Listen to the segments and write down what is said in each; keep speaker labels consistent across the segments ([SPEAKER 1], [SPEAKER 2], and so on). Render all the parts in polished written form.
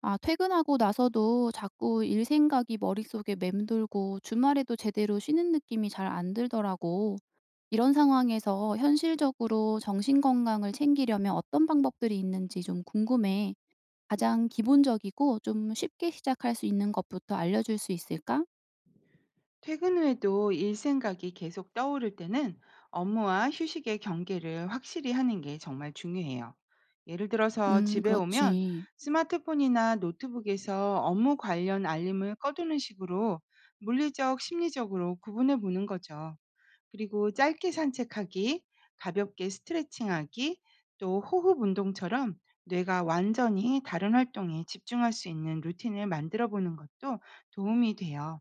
[SPEAKER 1] 아, 퇴근하고 나서도 자꾸 일 생각이 머릿속에 맴돌고 주말에도 제대로 쉬는 느낌이 잘 안 들더라고. 이런 상황에서 현실적으로 정신 건강을 챙기려면 어떤 방법들이 있는지 좀 궁금해. 가장 기본적이고 좀 쉽게 시작할 수 있는 것부터 알려줄 수 있을까?
[SPEAKER 2] 퇴근 후에도 일 생각이 계속 떠오를 때는 업무와 휴식의 경계를 확실히 하는 게 정말 중요해요. 예를 들어서 집에 오면
[SPEAKER 1] 그렇지.
[SPEAKER 2] 스마트폰이나 노트북에서 업무 관련 알림을 꺼두는 식으로 물리적, 심리적으로 구분해 보는 거죠. 그리고 짧게 산책하기, 가볍게 스트레칭하기, 또 호흡 운동처럼 뇌가 완전히 다른 활동에 집중할 수 있는 루틴을 만들어 보는 것도 도움이 돼요.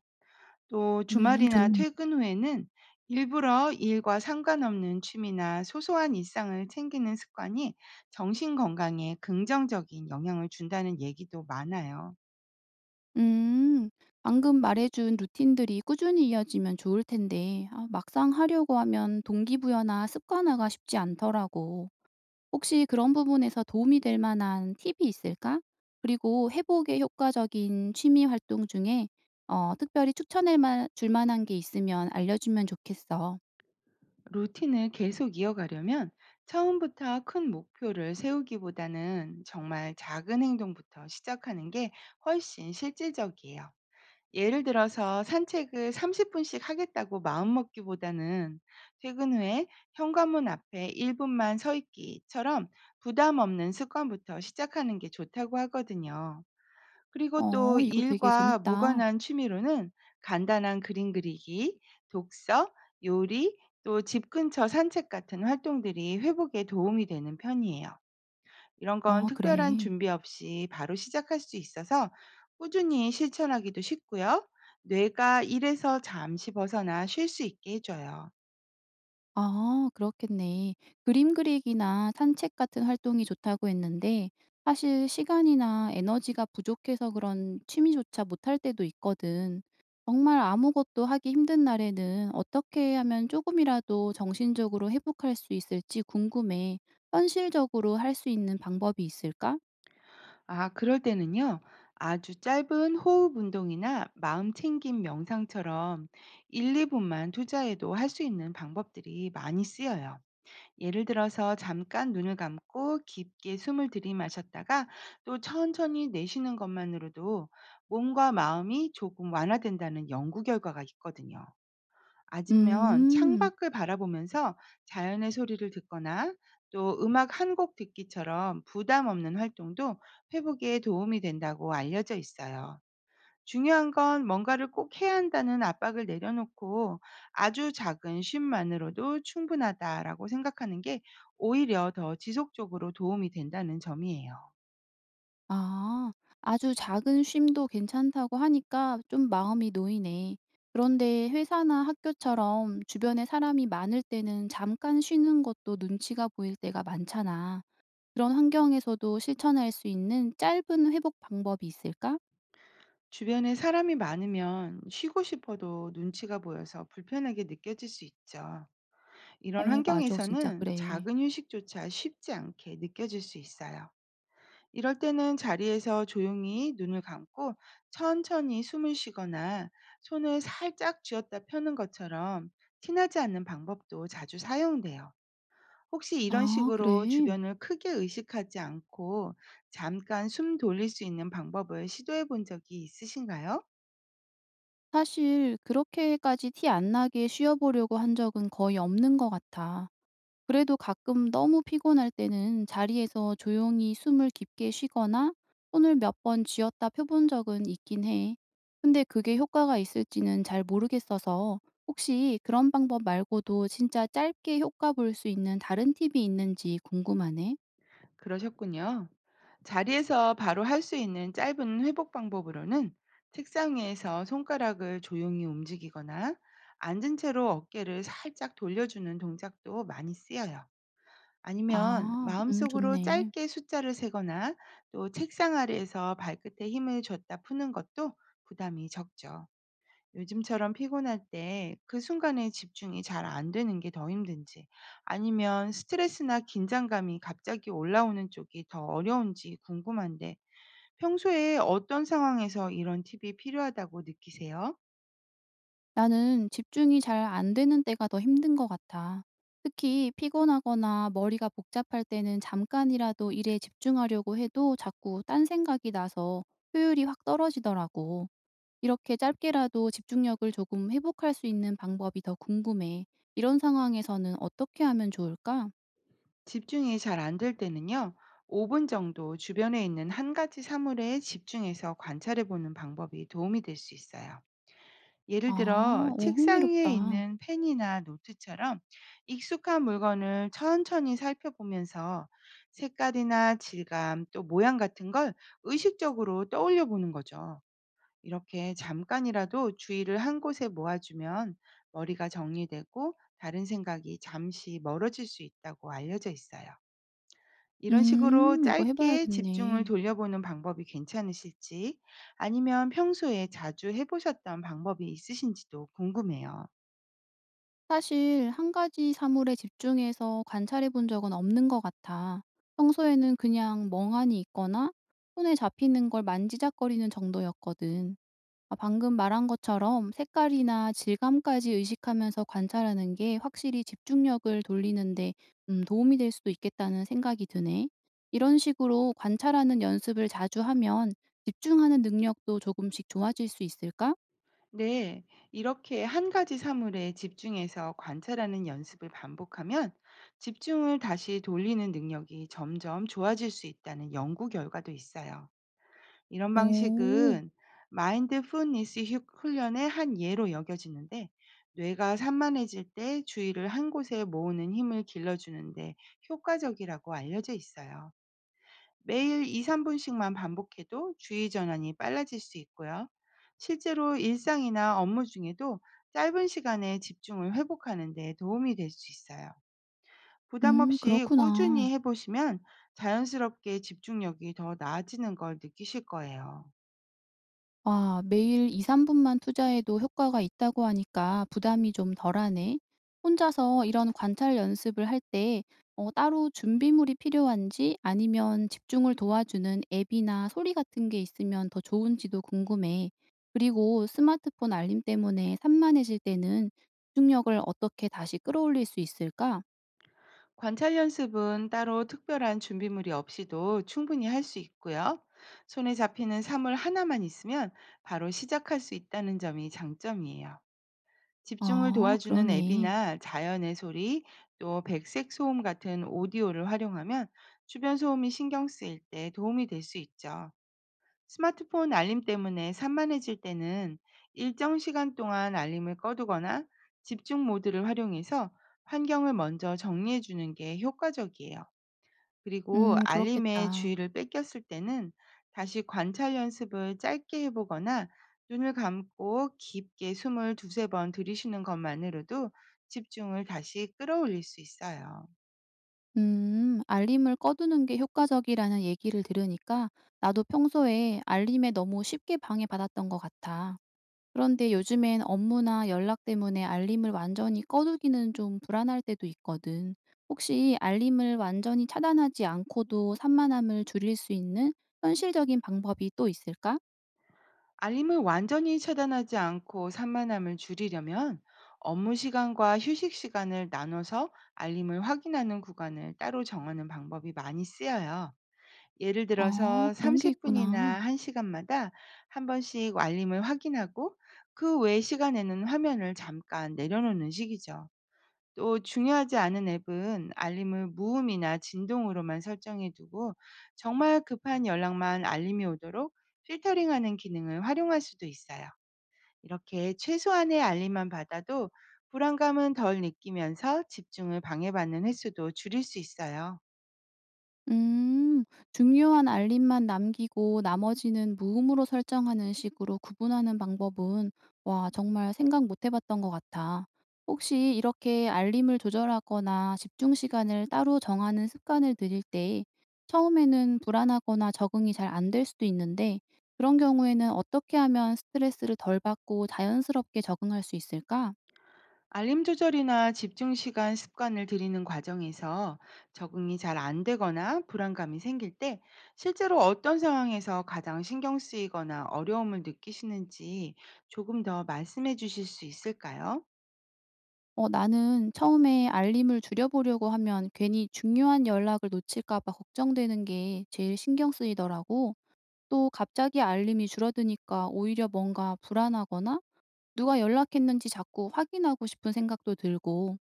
[SPEAKER 2] 또 주말이나
[SPEAKER 1] 좋네.
[SPEAKER 2] 퇴근 후에는 일부러 일과 상관없는 취미나 소소한 일상을 챙기는 습관이 정신 건강에 긍정적인 영향을 준다는 얘기도 많아요.
[SPEAKER 1] 음, 방금 말해준 루틴들이 꾸준히 이어지면 좋을 텐데, 아, 막상 하려고 하면 동기부여나 습관화가 쉽지 않더라고. 혹시 그런 부분에서 도움이 될 만한 팁이 있을까? 그리고 회복에 효과적인 취미 활동 중에 특별히 추천할 만 줄 만한 게 있으면 알려주면 좋겠어.
[SPEAKER 2] 루틴을 계속 이어가려면 처음부터 큰 목표를 세우기보다는 정말 작은 행동부터 시작하는 게 훨씬 실질적이에요. 예를 들어서 산책을 30 분씩 하겠다고 마음먹기보다는 퇴근 후에 현관문 앞에 1 분만 서 있기처럼 부담 없는 습관부터 시작하는 게 좋다고 하거든요. 그리고 또
[SPEAKER 1] 어, 이거 되게
[SPEAKER 2] 일과
[SPEAKER 1] 재밌다.
[SPEAKER 2] 무관한 취미로는 간단한 그림 그리기, 독서, 요리, 또 집 근처 산책 같은 활동들이 회복에 도움이 되는 편이에요. 이런 건
[SPEAKER 1] 어,
[SPEAKER 2] 특별한
[SPEAKER 1] 그래.
[SPEAKER 2] 준비 없이 바로 시작할 수 있어서 꾸준히 실천하기도 쉽고요. 뇌가 일에서 잠시 벗어나 쉴 수 있게 해줘요.
[SPEAKER 1] 아, 그렇겠네. 그림 그리기나 산책 같은 활동이 좋다고 했는데 사실 시간이나 에너지가 부족해서 그런 취미조차 못할 때도 있거든. 정말 아무것도 하기 힘든 날에는 어떻게 하면 조금이라도 정신적으로 회복할 수 있을지 궁금해. 현실적으로 할 수 있는 방법이 있을까?
[SPEAKER 2] 아, 그럴 때는요. 아주 짧은 호흡 운동이나 마음 챙김 명상처럼 1, 2분만 투자해도 할 수 있는 방법들이 많이 쓰여요. 예를 들어서 잠깐 눈을 감고 깊게 숨을 들이마셨다가 또 천천히 내쉬는 것만으로도 몸과 마음이 조금 완화된다는 연구 결과가 있거든요. 아니면
[SPEAKER 1] 음.
[SPEAKER 2] 창밖을 바라보면서 자연의 소리를 듣거나 또 음악 한 곡 듣기처럼 부담 없는 활동도 회복에 도움이 된다고 알려져 있어요. 중요한 건 뭔가를 꼭 해야 한다는 압박을 내려놓고 아주 작은 쉼만으로도 충분하다라고 생각하는 게 오히려 더 지속적으로 도움이 된다는 점이에요.
[SPEAKER 1] 아. 아주 작은 쉼도 괜찮다고 하니까 좀 마음이 놓이네. 그런데 회사나 학교처럼 주변에 사람이 많을 때는 잠깐 쉬는 것도 눈치가 보일 때가 많잖아. 그런 환경에서도 실천할 수 있는 짧은 회복 방법이 있을까?
[SPEAKER 2] 주변에 사람이 많으면 쉬고 싶어도 눈치가 보여서 불편하게 느껴질 수 있죠. 이런
[SPEAKER 1] 어, 맞아. 진짜
[SPEAKER 2] 환경에서는
[SPEAKER 1] 그래.
[SPEAKER 2] 작은 휴식조차 쉽지 않게 느껴질 수 있어요. 이럴 때는 자리에서 조용히 눈을 감고 천천히 숨을 쉬거나 손을 살짝 쥐었다 펴는 것처럼 티나지 않는 방법도 자주 사용돼요. 혹시 이런
[SPEAKER 1] 아,
[SPEAKER 2] 식으로
[SPEAKER 1] 그래?
[SPEAKER 2] 주변을 크게 의식하지 않고 잠깐 숨 돌릴 수 있는 방법을 시도해 본 적이 있으신가요?
[SPEAKER 1] 사실 그렇게까지 티 안 나게 쉬어보려고 한 적은 거의 없는 것 같아. 그래도 가끔 너무 피곤할 때는 자리에서 조용히 숨을 깊게 쉬거나 손을 몇 번 쥐었다 펴본 적은 있긴 해. 근데 그게 효과가 있을지는 잘 모르겠어서 혹시 그런 방법 말고도 진짜 짧게 효과 볼 수 있는 다른 팁이 있는지 궁금하네.
[SPEAKER 2] 그러셨군요. 자리에서 바로 할 수 있는 짧은 회복 방법으로는 책상 위에서 손가락을 조용히 움직이거나 앉은 채로 어깨를 살짝 돌려주는 동작도 많이 쓰여요. 아니면
[SPEAKER 1] 아,
[SPEAKER 2] 마음속으로
[SPEAKER 1] 좋네.
[SPEAKER 2] 짧게 숫자를 세거나 또 책상 아래에서 발끝에 힘을 줬다 푸는 것도 부담이 적죠. 요즘처럼 피곤할 때 그 순간에 집중이 잘 안 되는 게 더 힘든지, 아니면 스트레스나 긴장감이 갑자기 올라오는 쪽이 더 어려운지 궁금한데, 평소에 어떤 상황에서 이런 팁이 필요하다고 느끼세요?
[SPEAKER 1] 나는 집중이 잘 안 되는 때가 더 힘든 것 같아. 특히 피곤하거나 머리가 복잡할 때는 잠깐이라도 일에 집중하려고 해도 자꾸 딴 생각이 나서 효율이 확 떨어지더라고. 이렇게 짧게라도 집중력을 조금 회복할 수 있는 방법이 더 궁금해. 이런 상황에서는 어떻게 하면 좋을까?
[SPEAKER 2] 집중이 잘 안 될 때는요, 5분 정도 주변에 있는 한 가지 사물에 집중해서 관찰해 보는 방법이 도움이 될 수 있어요. 예를 들어
[SPEAKER 1] 아, 오,
[SPEAKER 2] 책상 위에
[SPEAKER 1] 흥미롭다.
[SPEAKER 2] 있는 펜이나 노트처럼 익숙한 물건을 천천히 살펴보면서 색깔이나 질감, 또 모양 같은 걸 의식적으로 떠올려 보는 거죠. 이렇게 잠깐이라도 주의를 한 곳에 모아주면 머리가 정리되고 다른 생각이 잠시 멀어질 수 있다고 알려져 있어요. 이런 식으로
[SPEAKER 1] 이거
[SPEAKER 2] 짧게 집중을
[SPEAKER 1] 해봐야겠네.
[SPEAKER 2] 돌려보는 방법이 괜찮으실지, 아니면 평소에 자주 해보셨던 방법이 있으신지도 궁금해요.
[SPEAKER 1] 사실 한 가지 사물에 집중해서 관찰해 본 적은 없는 것 같아. 평소에는 그냥 멍하니 있거나 손에 잡히는 걸 만지작거리는 정도였거든. 아, 방금 말한 것처럼 색깔이나 질감까지 의식하면서 관찰하는 게 확실히 집중력을 돌리는데 도움이 될 수도 있겠다는 생각이 드네. 이런 식으로 관찰하는 연습을 자주 하면 집중하는 능력도 조금씩 좋아질 수 있을까?
[SPEAKER 2] 네, 이렇게 한 가지 사물에 집중해서 관찰하는 연습을 반복하면 집중을 다시 돌리는 능력이 점점 좋아질 수 있다는 연구 결과도 있어요. 이런
[SPEAKER 1] 오,
[SPEAKER 2] 방식은 마인드풀니스 훈련의 한 예로 여겨지는데, 뇌가 산만해질 때 주의를 한 곳에 모으는 힘을 길러주는데 효과적이라고 알려져 있어요. 매일 2, 3분씩만 반복해도 주의 전환이 빨라질 수 있고요. 실제로 일상이나 업무 중에도 짧은 시간에 집중을 회복하는 데 도움이 될 수 있어요. 부담 없이
[SPEAKER 1] 그렇구나.
[SPEAKER 2] 꾸준히 해보시면 자연스럽게 집중력이 더 나아지는 걸 느끼실 거예요.
[SPEAKER 1] 아, 매일 2-3 분만 투자해도 효과가 있다고 하니까 부담이 좀 덜하네. 혼자서 이런 관찰 연습을 할 때, 따로 준비물이 필요한지 아니면 집중을 도와주는 앱이나 소리 같은 게 있으면 더 좋은지도 궁금해. 그리고 스마트폰 알림 때문에 산만해질 때는 집중력을 어떻게 다시 끌어올릴 수 있을까?
[SPEAKER 2] 관찰 연습은 따로 특별한 준비물이 없이도 충분히 할 수 있고요. 손에 잡히는 사물 하나만 있으면 바로 시작할 수 있다는 점이 장점이에요. 집중을
[SPEAKER 1] 아,
[SPEAKER 2] 도와주는
[SPEAKER 1] 그러네.
[SPEAKER 2] 앱이나 자연의 소리, 또 백색 소음 같은 오디오를 활용하면 주변 소음이 신경 쓰일 때 도움이 될 수 있죠. 스마트폰 알림 때문에 산만해질 때는 일정 시간 동안 알림을 꺼두거나 집중 모드를 활용해서 환경을 먼저 정리해 주는 게 효과적이에요. 그리고 알림에
[SPEAKER 1] 그렇겠다.
[SPEAKER 2] 주의를 뺏겼을 때는 다시 관찰 연습을 짧게 해보거나 눈을 감고 깊게 숨을 두세 번 들이쉬는 것만으로도 집중을 다시 끌어올릴 수 있어요.
[SPEAKER 1] 알림을 꺼두는 게 효과적이라는 얘기를 들으니까 나도 평소에 알림에 너무 쉽게 방해받았던 것 같아. 그런데 요즘엔 업무나 연락 때문에 알림을 완전히 꺼두기는 좀 불안할 때도 있거든. 혹시 알림을 완전히 차단하지 않고도 산만함을 줄일 수 있는 현실적인 방법이 또 있을까?
[SPEAKER 2] 알림을 완전히 차단하지 않고 산만함을 줄이려면 업무 시간과 휴식 시간을 나눠서 알림을 확인하는 구간을 따로 정하는 방법이 많이 쓰여요. 예를
[SPEAKER 1] 아,
[SPEAKER 2] 들어서
[SPEAKER 1] 그런 게
[SPEAKER 2] 30분이나
[SPEAKER 1] 있구나.
[SPEAKER 2] 1시간마다 한 번씩 알림을 확인하고 그 외 시간에는 화면을 잠깐 내려놓는 식이죠. 또 중요하지 않은 앱은 알림을 무음이나 진동으로만 설정해 두고 정말 급한 연락만 알림이 오도록 필터링하는 기능을 활용할 수도 있어요. 이렇게 최소한의 알림만 받아도 불안감은 덜 느끼면서 집중을 방해받는 횟수도 줄일 수 있어요.
[SPEAKER 1] 음. 중요한 알림만 남기고 나머지는 무음으로 설정하는 식으로 구분하는 방법은 와, 정말 생각 못 해봤던 것 같아. 혹시 이렇게 알림을 조절하거나 집중 시간을 따로 정하는 습관을 들일 때 처음에는 불안하거나 적응이 잘 안될 수도 있는데 그런 경우에는 어떻게 하면 스트레스를 덜 받고 자연스럽게 적응할 수 있을까?
[SPEAKER 2] 알림 조절이나 집중 시간 습관을 들이는 과정에서 적응이 잘 안 되거나 불안감이 생길 때 실제로 어떤 상황에서 가장 신경 쓰이거나 어려움을 느끼시는지 조금 더 말씀해 주실 수 있을까요?
[SPEAKER 1] 어, 나는 처음에 알림을 줄여보려고 하면 괜히 중요한 연락을 놓칠까 봐 걱정되는 게 제일 신경 쓰이더라고. 또 갑자기 알림이 줄어드니까 오히려 뭔가 불안하거나 누가 연락했는지 자꾸 확인하고 싶은 생각도 들고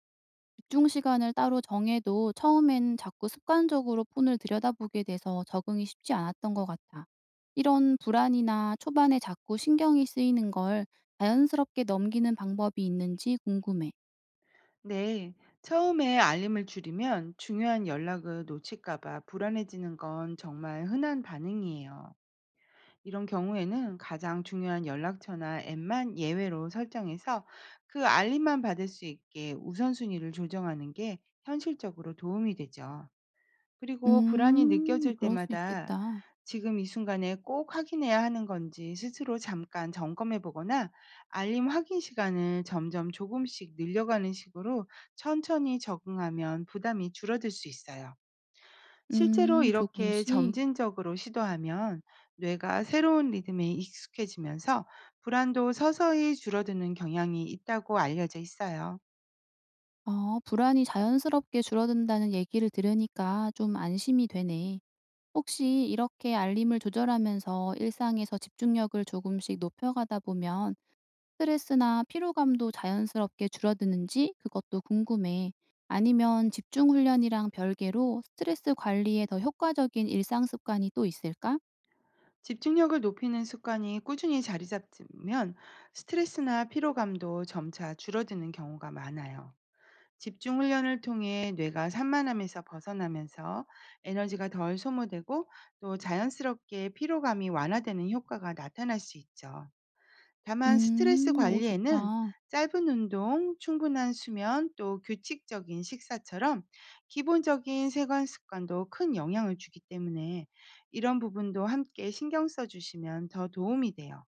[SPEAKER 1] 집중 시간을 따로 정해도 처음엔 자꾸 습관적으로 폰을 들여다보게 돼서 적응이 쉽지 않았던 것 같아. 이런 불안이나 초반에 자꾸 신경이 쓰이는 걸 자연스럽게 넘기는 방법이 있는지 궁금해.
[SPEAKER 2] 네. 처음에 알림을 줄이면 중요한 연락을 놓칠까 봐 불안해지는 건 정말 흔한 반응이에요. 이런 경우에는 가장 중요한 연락처나 앱만 예외로 설정해서 그 알림만 받을 수 있게 우선순위를 조정하는 게 현실적으로 도움이 되죠. 그리고 불안이
[SPEAKER 1] 음.
[SPEAKER 2] 느껴질
[SPEAKER 1] 그럴 수
[SPEAKER 2] 때마다
[SPEAKER 1] 있겠다.
[SPEAKER 2] 지금 이 순간에 꼭 확인해야 하는 건지 스스로 잠깐 점검해 보거나 알림 확인 시간을 점점 조금씩 늘려가는 식으로 천천히 적응하면 부담이 줄어들 수 있어요. 실제로
[SPEAKER 1] 음,
[SPEAKER 2] 이렇게
[SPEAKER 1] 조금씩.
[SPEAKER 2] 점진적으로 시도하면 뇌가 새로운 리듬에 익숙해지면서 불안도 서서히 줄어드는 경향이 있다고 알려져 있어요.
[SPEAKER 1] 어, 불안이 자연스럽게 줄어든다는 얘기를 들으니까 좀 안심이 되네. 혹시 이렇게 알림을 조절하면서 일상에서 집중력을 조금씩 높여가다 보면 스트레스나 피로감도 자연스럽게 줄어드는지 그것도 궁금해. 아니면 집중 훈련이랑 별개로 스트레스 관리에 더 효과적인 일상 습관이 또 있을까?
[SPEAKER 2] 집중력을 높이는 습관이 꾸준히 자리 잡으면 스트레스나 피로감도 점차 줄어드는 경우가 많아요. 집중 훈련을 통해 뇌가 산만함에서 벗어나면서 에너지가 덜 소모되고 또 자연스럽게 피로감이 완화되는 효과가 나타날 수 있죠. 다만
[SPEAKER 1] 음.
[SPEAKER 2] 스트레스
[SPEAKER 1] 오,
[SPEAKER 2] 관리에는
[SPEAKER 1] 좋다.
[SPEAKER 2] 짧은 운동, 충분한 수면, 또 규칙적인 식사처럼 기본적인 생활 습관도 큰 영향을 주기 때문에 이런 부분도 함께 신경 써 주시면 더 도움이 돼요.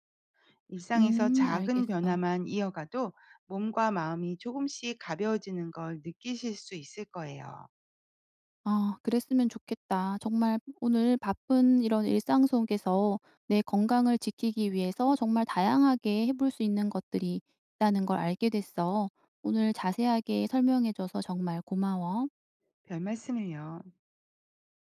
[SPEAKER 2] 일상에서
[SPEAKER 1] 음,
[SPEAKER 2] 작은
[SPEAKER 1] 알겠어.
[SPEAKER 2] 변화만 이어가도 몸과 마음이 조금씩 가벼워지는 걸 느끼실 수 있을 거예요.
[SPEAKER 1] 아, 그랬으면 좋겠다. 정말 오늘 바쁜 이런 일상 속에서 내 건강을 지키기 위해서 정말 다양하게 해볼 수 있는 것들이 있다는 걸 알게 됐어. 오늘 자세하게 설명해 줘서 정말 고마워.
[SPEAKER 2] 별 말씀을요.